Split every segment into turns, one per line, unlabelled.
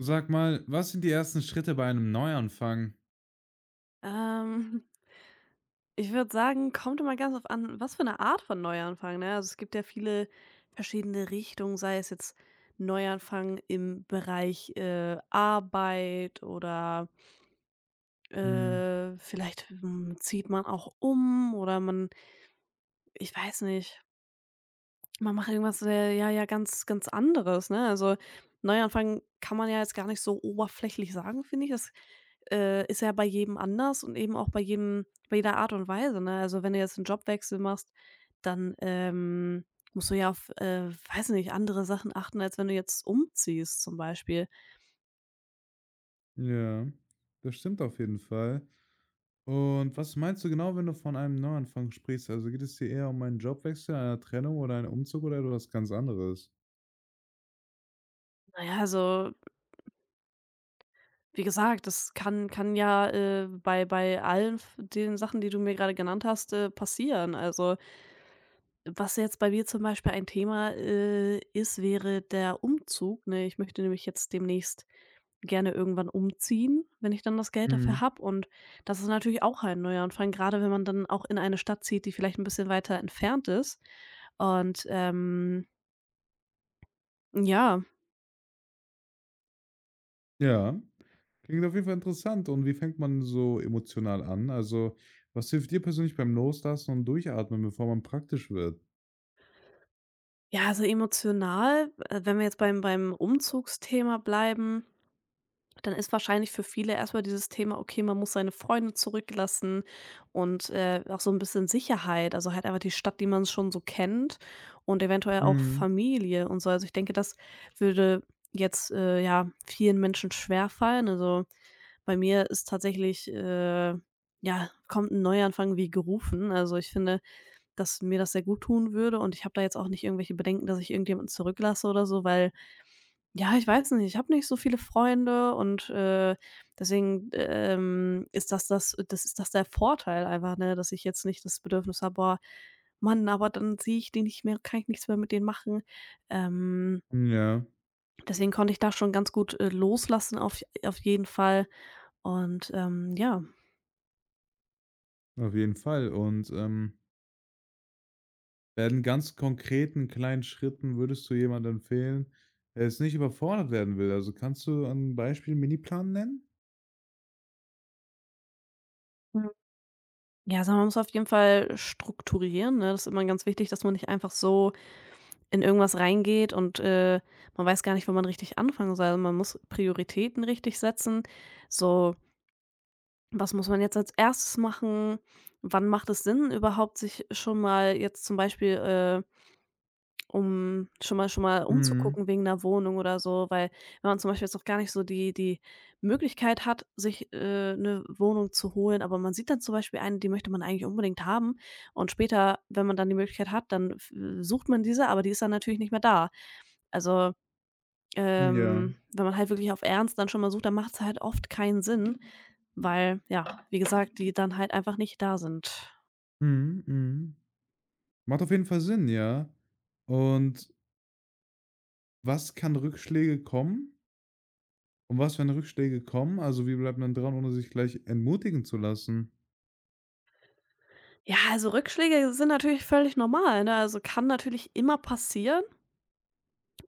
Sag mal, was sind die ersten Schritte bei einem Neuanfang?
Ähm, ich würde sagen, kommt immer ganz auf an, was für eine Art von Neuanfang, ne? Also, es gibt ja viele verschiedene Richtungen, sei es jetzt Neuanfang im Bereich, Arbeit oder,
Hm,
vielleicht, hm, zieht man auch um oder man ich weiß nicht. Man macht irgendwas, ja, ja, ganz ganz anderes, ne? Also, Neuanfang kann man ja jetzt gar nicht so oberflächlich sagen, finde ich. Das, ist ja bei jedem anders und eben auch bei jedem bei jeder Art und Weise, ne? Also, wenn du jetzt einen Jobwechsel machst, dann, musst du ja auf, weiß nicht, andere Sachen achten, als wenn du jetzt umziehst zum Beispiel.
ja, das stimmt auf jeden Fall. Und was meinst du genau, wenn du von einem Neuanfang sprichst? Also geht es dir eher um einen Jobwechsel, eine Trennung oder einen Umzug oder etwas ganz anderes?
Na ja, also, wie gesagt, das kann ja, bei allen v den Sachen, die du mir gerade genannt hast, passieren. Also, was jetzt bei mir zum Beispiel ein Thema, ist, wäre der Umzug, ne? Ich möchte nämlich jetzt demnächst gerne irgendwann umziehen, wenn ich dann das Geld dafür
Hm,
habe, und das ist natürlich auch ein neuer Anfang, gerade, wenn man dann auch in eine Stadt zieht, die vielleicht ein bisschen weiter entfernt ist und, ja.
ja, klingt auf jeden Fall interessant. Und wie fängt man so emotional an? Also, was hilft dir persönlich beim Loslassen und Durchatmen, bevor man praktisch wird?
Ja, also emotional, wenn wir jetzt beim Umzugsthema bleiben, dann ist wahrscheinlich für viele erst mal dieses Thema, okay, man muss seine Freunde zurücklassen und, auch so ein bisschen Sicherheit, also halt einfach die Stadt, die man schon so kennt, und eventuell auch
Hm,
Familie und so. Also, ich denke, das würde jetzt, ja, vielen Menschen schwerfallen. Also, bei mir ist tatsächlich, ja, kommt ein Neuanfang wie gerufen. Also, ich finde, dass mir das sehr gut tun würde, und ich habe da jetzt auch nicht irgendwelche Bedenken, dass ich irgendjemanden zurücklasse oder so, weil, ja, ich weiß nicht. Ich habe nicht so viele Freunde und, deswegen, ist das ist das der Vorteil einfach, ne, dass ich jetzt nicht das Bedürfnis habe: „Boah, Mann, aber dann sehe ich die nicht mehr, kann ich nichts mehr mit denen machen.“ Ähm,
ja,
deswegen konnte ich da schon ganz gut, loslassen, auf jeden Fall und, ja.
auf jeden Fall. Und bei den ganz konkreten kleinen Schritten würdest du jemandem empfehlen, der jetzt nicht überfordert werden will? Also, kannst du ein Beispiel Miniplan nennen?
Mhm. Ja, also man muss auf jeden Fall strukturieren, ne? Das ist immer ganz wichtig, dass man nicht einfach so in irgendwas reingeht und, man weiß gar nicht, wo man richtig anfangen soll. Also, man muss Prioritäten richtig setzen. So, was muss man jetzt als Erstes machen? Wann macht es Sinn überhaupt, sich schon mal jetzt zum Beispiel, um schon mal
Mhm.
umzugucken wegen 'ner Wohnung oder so? Weil wenn man zum Beispiel jetzt noch gar nicht so die Möglichkeit hat, sich, 'ne Wohnung zu holen, aber man sieht dann zum Beispiel eine, die möchte man eigentlich unbedingt haben, und später, wenn man dann die Möglichkeit hat, dann f sucht man diese, aber die ist dann natürlich nicht mehr da. Also,
Ja.
wenn man halt wirklich auf Ernst dann schon mal sucht, dann macht's halt oft keinen Sinn, weil, ja, wie gesagt, die dann halt einfach nicht da sind.
Mhm, mhm. Macht auf jeden Fall Sinn, ja. Und was kann Rückschläge kommen? Und was, wenn Rückschläge kommen? Also, wie bleibt man dran, ohne sich gleich entmutigen zu lassen?
Ja, also Rückschläge sind natürlich völlig normal, ne? Also, kann natürlich immer passieren,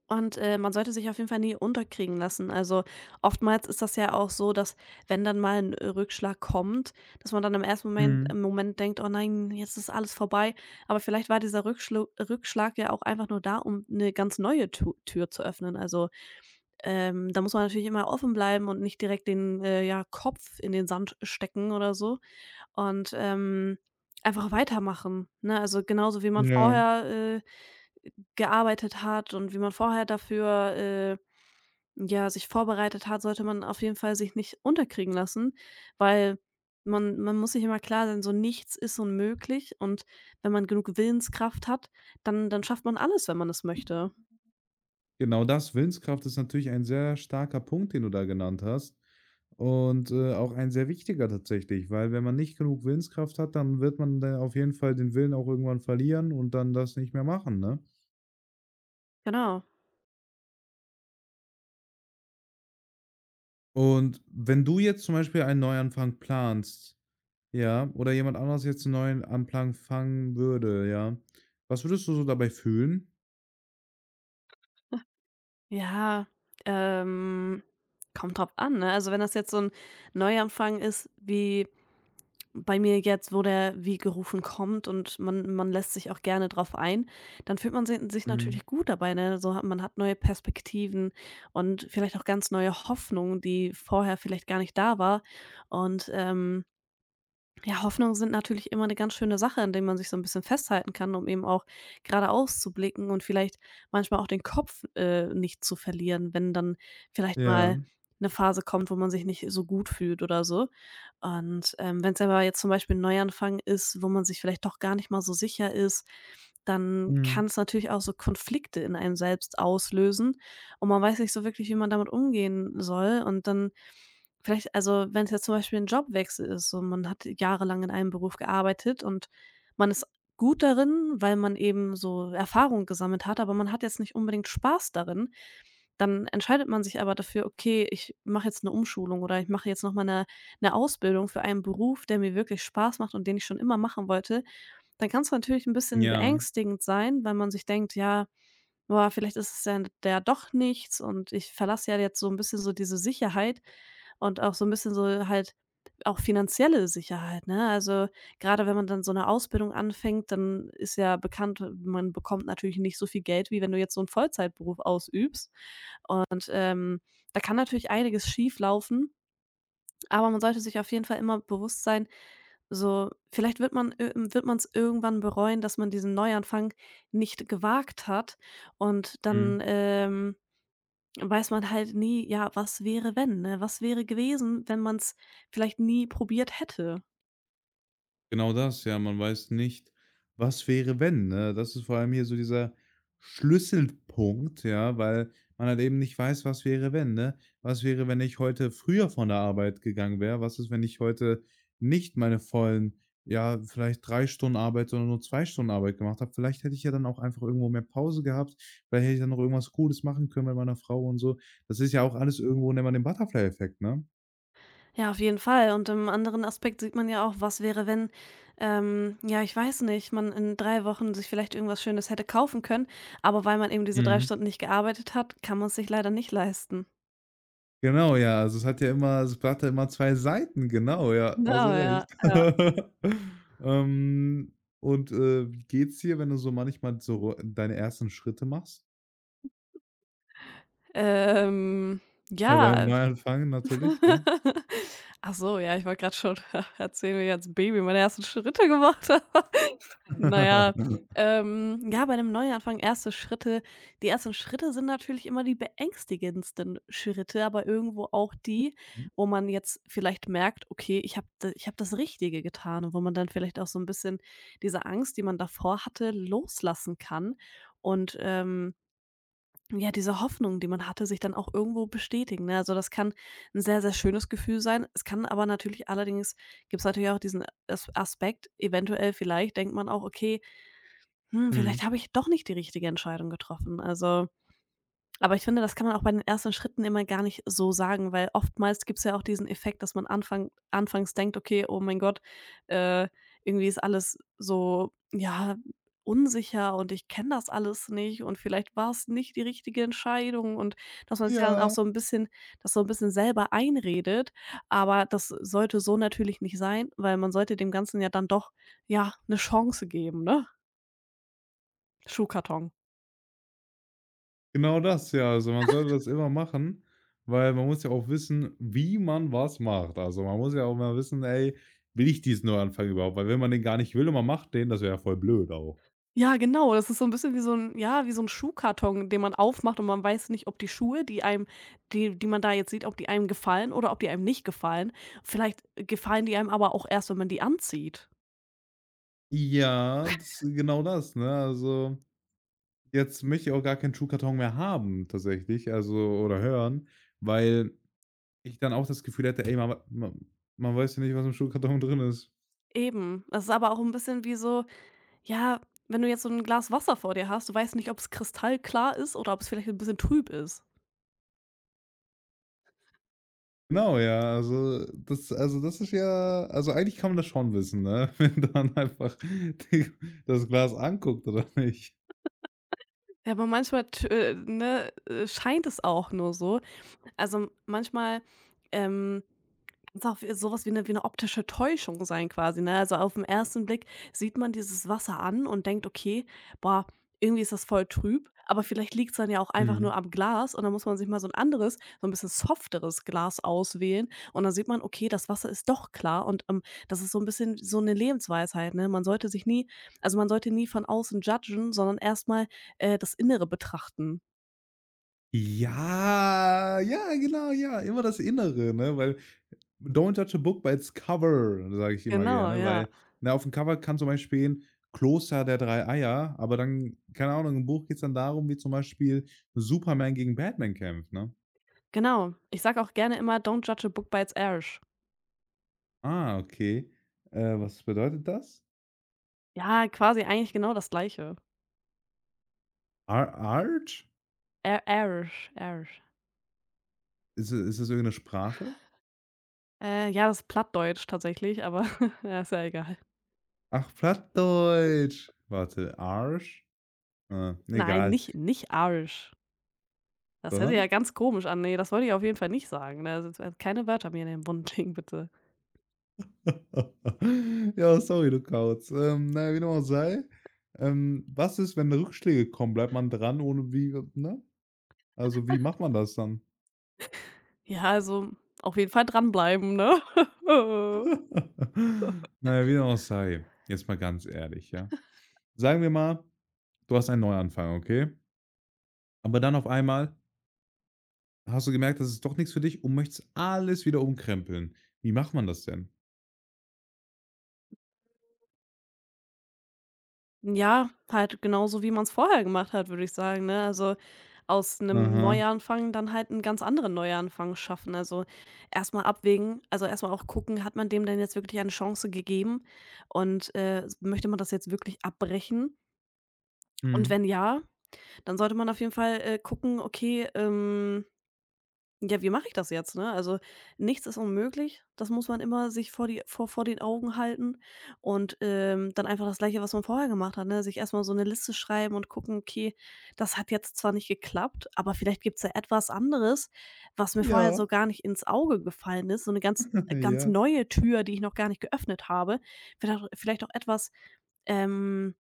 und, man sollte sich auf jeden Fall nie unterkriegen lassen. Also, oftmals ist das ja auch so, dass, wenn dann mal ein Rückschlag kommt, dass man dann
Mhm.
im Moment denkt: „Oh nein, jetzt ist alles vorbei.“ Aber vielleicht war dieser Rückschlu Rückschlag ja auch einfach nur da, um eine ganz neue Tu Tür zu öffnen. Also, da muss man natürlich immer offen bleiben und nicht direkt den, ja, Kopf in den Sand stecken oder so und, einfach weitermachen, ne? Also, genauso wie man
Ja.
vorher, gearbeitet hat, und wie man vorher dafür, ja, sich vorbereitet hat, sollte man auf jeden Fall sich nicht unterkriegen lassen, weil man muss sich immer klar sein, so, nichts ist unmöglich, und wenn man genug Willenskraft hat, dann schafft man alles, wenn man es möchte.
Genau das, Willenskraft ist natürlich ein sehr starker Punkt, den du da genannt hast, und, auch ein sehr wichtiger tatsächlich, weil wenn man nicht genug Willenskraft hat, dann wird man da auf jeden Fall den Willen auch irgendwann verlieren und dann das nicht mehr machen, ne?
Genau.
Und wenn du jetzt zum Beispiel einen Neuanfang planst, ja, oder jemand anderes jetzt einen neuen Anplan fangen würde, ja, was würdest du so dabei fühlen?
Ja, ähm, kommt drauf an, ne? Also, wenn das jetzt so ein Neuanfang ist, wie bei mir jetzt, wo der wie gerufen kommt und man lässt sich auch gerne drauf ein, dann fühlt man si sich
Mhm.
natürlich gut dabei, ne? So hat man, hat neue Perspektiven und vielleicht auch ganz neue Hoffnungen, die vorher vielleicht gar nicht da war, und, ja, Hoffnungen sind natürlich immer eine ganz schöne Sache, an denen man sich so ein bisschen festhalten kann, um eben auch geradeaus zu blicken und vielleicht manchmal auch den Kopf, nicht zu verlieren, wenn dann vielleicht
Ja.
mal eine Phase kommt, wo man sich nicht so gut fühlt oder so. Und, wenn es aber jetzt zum Beispiel ein Neuanfang ist, wo man sich vielleicht doch gar nicht mal so sicher ist, dann
Mhm.
kann es natürlich auch so Konflikte in einem selbst auslösen, und man weiß nicht so wirklich, wie man damit umgehen soll, und dann vielleicht, also, wenn es jetzt zum Beispiel ein Jobwechsel ist und man hat jahrelang in einem Beruf gearbeitet und man ist gut darin, weil man eben so Erfahrung gesammelt hat, aber man hat jetzt nicht unbedingt Spaß darin. Dann entscheidet man sich aber dafür: „Okay, ich mache jetzt eine Umschulung, oder ich mache jetzt noch mal eine Ausbildung für einen Beruf, der mir wirklich Spaß macht und den ich schon immer machen wollte.“ Dann kann es natürlich ein bisschen
Ja.
beängstigend sein, weil man sich denkt: „Ja, Boah, vielleicht ist es ja ja doch nichts, und ich verlasse ja jetzt so ein bisschen so diese Sicherheit und auch so ein bisschen so halt auch finanzielle Sicherheit, ne? Also, gerade wenn man dann so eine Ausbildung anfängt, dann ist ja bekannt, man bekommt natürlich nicht so viel Geld, wie wenn du jetzt so einen Vollzeitberuf ausübst.“ Und, da kann natürlich einiges schief laufen, aber man sollte sich auf jeden Fall immer bewusst sein: so, vielleicht wird man ir wird man es irgendwann bereuen, dass man diesen Neuanfang nicht gewagt hat, und
Mhm.
dann, weiß man halt nie, ja, was wäre, wenn, ne? Was wäre gewesen, wenn man es vielleicht nie probiert hätte?
Genau das, ja, man weiß nicht, was wäre, wenn, ne? Das ist vor allem hier so dieser Schlüsselpunkt, ja, weil man halt eben nicht weiß, was wäre, wenn, ne? Was wäre, wenn ich heute früher von der Arbeit gegangen wäre? Was ist, wenn ich heute nicht meine vollen, ja, vielleicht 3 Stunden Arbeit, sondern nur 2 Stunden Arbeit gemacht habe? Vielleicht hätte ich ja dann auch einfach irgendwo mehr Pause gehabt. Vielleicht hätte ich dann noch irgendwas Cooles machen können mit meiner Frau und so. Das ist ja auch alles irgendwo, nennt man den Butterfly-Effekt, ne?
Ja, auf jeden Fall, und im anderen Aspekt sieht man ja auch, was wäre, wenn, ja, ich weiß nicht, man in 3 Wochen sich vielleicht irgendwas Schönes hätte kaufen können, aber weil man eben diese 3
Mhm.
Stunden nicht gearbeitet hat, kann man es sich leider nicht leisten.
Genau, ja. Also, es hat ja immer 2 Seiten, genau, ja. Hast du
Genau, ja,
recht.
ja.
Und wie geht's dir, wenn du so manchmal so deine ersten Schritte machst?
Ähm,
Ja, beim
ja,
Neuanfang natürlich, ne?
Ach so, ja, ich wollte gerade schon erzählen, wie ich als Baby meine ersten Schritte gemacht habe. Na ja, ja, bei 'nem Neuanfang erste Schritte die ersten Schritte sind natürlich immer die beängstigendsten Schritte, aber irgendwo auch die, wo man jetzt vielleicht merkt: „Okay, ich habe das Richtige getan“, und wo man dann vielleicht auch so ein bisschen diese Angst, die man davor hatte, loslassen kann und, ja, diese Hoffnung, die man hatte, sich dann auch irgendwo bestätigen, ne? Also, das kann ein sehr, sehr schönes Gefühl sein. Es kann aber natürlich, allerdings gibt's natürlich auch diesen As Aspekt, eventuell vielleicht denkt man auch: „Okay, hm, vielleicht
Mhm.
habe ich doch nicht die richtige Entscheidung getroffen.“ Also, aber ich finde, das kann man auch bei den ersten Schritten immer gar nicht so sagen, weil oftmals gibt es ja auch diesen Effekt, dass man anfangs denkt: „Okay, oh mein Gott, äh, irgendwie ist alles so, ja, unsicher und ich kenne das alles nicht und vielleicht war es nicht die richtige Entscheidung“, und dass man sich dann auch
Ja,
so ein bisschen das so ein bisschen selber einredet. Aber das sollte so natürlich nicht sein, weil man sollte dem Ganzen ja dann doch, ja, eine Chance geben, ne? Schuhkarton.
genau das, ja. Also, man sollte das immer machen, weil man muss ja auch wissen, wie man was macht. Also, man muss ja auch mal wissen: „Ey, will ich diesen Neuanfang überhaupt?" Weil wenn man den gar nicht will und man macht den, das wäre ja voll blöd auch.
Ja, genau. Das ist so ein bisschen wie so ein, ja, wie so ein Schuhkarton, den man aufmacht und man weiß nicht, ob die Schuhe, die man da jetzt sieht, ob die einem gefallen oder ob die einem nicht gefallen. Vielleicht gefallen die einem aber auch erst, wenn man die anzieht.
Ja, das ist genau das, ne? Also, jetzt möchte ich auch gar keinen Schuhkarton mehr haben tatsächlich, also oder hören, weil ich dann auch das Gefühl hätte: „Ey, man weiß ja nicht, was im Schuhkarton drin ist."
Eben. Das ist aber auch ein bisschen wie so, ja, wenn du jetzt so ein Glas Wasser vor dir hast, du weißt nicht, ob es kristallklar ist oder ob es vielleicht ein bisschen trüb ist.
Genau, ja, also das ist ja, also eigentlich kann man das schon wissen, ne, wenn man einfach die das Glas anguckt oder nicht?
Ja, aber manchmal t ne, scheint es auch nur so. Also, manchmal, ähm, kann's auch so was wie eine optische Täuschung sein quasi, ne? Also, aufm ersten Blick sieht man dieses Wasser an und denkt: „Okay, boah, irgendwie ist das voll trüb“, aber vielleicht liegt es dann ja auch einfach
Mhm.
nur am Glas, und dann muss man sich mal so ein anderes, so ein bisschen softeres Glas auswählen und dann sieht man: „Okay, das Wasser ist doch klar“, und, das ist so ein bisschen so eine Lebensweisheit, ne? Man sollte sich nie, also, man sollte nie von außen judgen, sondern erstmal, das Innere betrachten.
Ja, ja, genau, ja, immer das Innere, ne, weil „Don't judge a book by its cover", sage ich immer
Genau,
gerne,
ja.
weil, na, auf dem Cover kann zum Beispiel stehen: „Kloster der 3 Eier", aber dann, keine Ahnung, im Buch geht's dann darum, wie zum Beispiel Superman gegen Batman kämpft, ne?
Genau. Ich sage auch gerne immer: „Don't judge a book by its Irish.“
Ah, okay. Was bedeutet das?
Ja, quasi eigentlich genau das Gleiche.
Ar Arsch?
Ir Irish, Irish.
Ist es irgendeine Sprache?
Ja, das ist Plattdeutsch tatsächlich, aber ja, ist ja egal.
Ach, Plattdeutsch. Warte, Arsch? Ah,
Nein,
egal.
nicht Irish. Das hört sich ja
Sondern?
ganz komisch an. Ne, das wollte ich auf jeden Fall nicht sagen, ne? Also, jetzt keine Wörter mir in den Mund legen, bitte.
Ja, sorry, du Kauz. Na ja, wie dem auch sei, was ist, wenn Rückschläge kommen? Bleibt man dran, ohne wie, ne? Also, wie macht man das dann?
Ja, also auf jeden Fall dranbleiben, ne?
Na ja, wie dem auch sei, jetzt mal ganz ehrlich, ja? Sagen wir mal, du hast einen Neuanfang, okay? Aber dann auf einmal hast du gemerkt, das ist doch nichts für dich und möchtest alles wieder umkrempeln. Wie macht man das denn?
Ja, halt genauso, wie man es vorher gemacht hat, würde ich sagen, ne? Also, aus einem
Aha.
Neuanfang dann halt einen ganz anderen Neuanfang schaffen. Also, erstmal abwägen, also, erstmal auch gucken, hat man dem denn jetzt wirklich eine Chance gegeben und, möchte man das jetzt wirklich abbrechen? Und
Mhm.
wenn ja, dann sollte man auf jeden Fall, gucken, okay, ja, wie mache ich das jetzt, ne? Also, nichts ist unmöglich. Das muss man immer sich vor die vor vor den Augen halten und, dann einfach das Gleiche, was man vorher gemacht hat, ne? Sich erstmal so eine Liste schreiben und gucken: „Okay, das hat jetzt zwar nicht geklappt, aber vielleicht gibt's ja etwas anderes, was mir vorher
Ja,
so gar nicht ins Auge gefallen ist, so eine ganz ganz
ja.
neue Tür, die ich noch gar nicht geöffnet habe. Vielleicht auch etwas, ähm"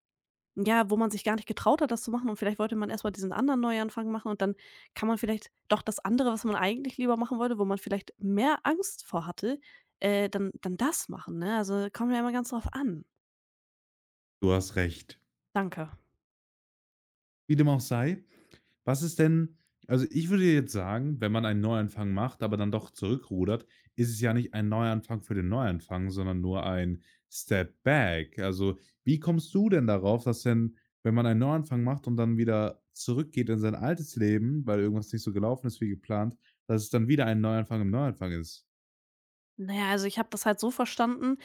ja, wo man sich gar nicht getraut hat, das zu machen, und vielleicht wollte man erst mal diesen anderen Neuanfang machen und dann kann man vielleicht doch das andere, was man eigentlich lieber machen wollte, wo man vielleicht mehr Angst vor hatte, dann das machen, ne? Also, kommt ja immer ganz drauf an.
Du hast recht.
Danke.
Wie dem auch sei. Was ist denn, also ich würde jetzt sagen, wenn man einen Neuanfang macht, aber dann doch zurückrudert, ist es ja nicht ein Neuanfang für den Neuanfang, sondern nur ein Step back. Also, wie kommst du denn darauf, dass denn, wenn man einen Neuanfang macht und dann wieder zurückgeht in sein altes Leben, weil irgendwas nicht so gelaufen ist wie geplant, dass es dann wieder ein Neuanfang im Neuanfang ist?
Naja, also, ich habe das halt so verstanden,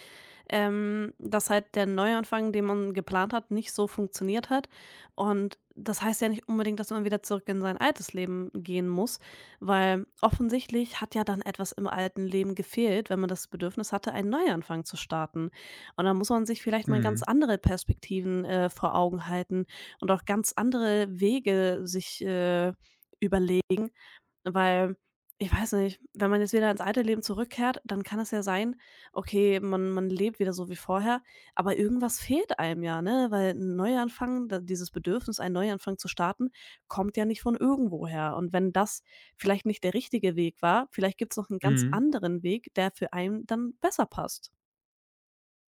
dass halt der Neuanfang, den man geplant hat, nicht so funktioniert hat. Und das heißt ja nicht unbedingt, dass man wieder zurück in sein altes Leben gehen muss, weil offensichtlich hat ja dann etwas im alten Leben gefehlt, wenn man das Bedürfnis hatte, einen Neuanfang zu starten. Und dann muss man sich vielleicht mal ganz
Mhm,
andere Perspektiven vor Augen halten und auch ganz andere Wege sich überlegen, weil, ich weiß nicht, wenn man jetzt wieder ins alte Leben zurückkehrt, dann kann es ja sein, okay, man lebt wieder so wie vorher, aber irgendwas fehlt einem ja, ne? Weil ein Neuanfang, da dieses Bedürfnis, einen Neuanfang zu starten, kommt ja nicht von irgendwoher. Und wenn das vielleicht nicht der richtige Weg war, vielleicht gibt's noch einen ganz
mhm.
anderen Weg, der für einen dann besser passt.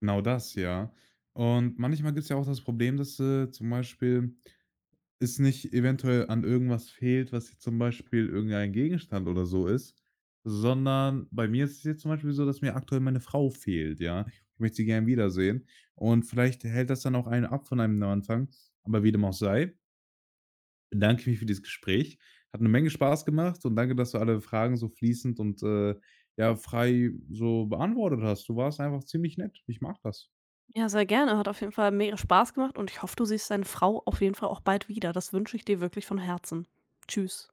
Genau das, ja. Und manchmal gibt es ja auch das Problem, dass, zum Beispiel es nicht eventuell an irgendwas fehlt, was jetzt zum Beispiel irgendein Gegenstand oder so ist, sondern bei mir ist es jetzt zum Beispiel so, dass mir aktuell meine Frau fehlt, ja? Ich möchte sie gern wiedersehen und vielleicht hält das dann auch einen ab von einem Neuanfang, aber wie dem auch sei, bedanke ich mich für dieses Gespräch. Hat eine Menge Spaß gemacht und danke, dass du alle Fragen so fließend und, ja, frei so beantwortet hast. Du warst einfach ziemlich nett. Ich mag das.
Ja, sehr gerne. Hat auf jeden Fall mega Spaß gemacht, und ich hoffe, du siehst deine Frau auf jeden Fall auch bald wieder. Das wünsche ich dir wirklich von Herzen. Tschüss.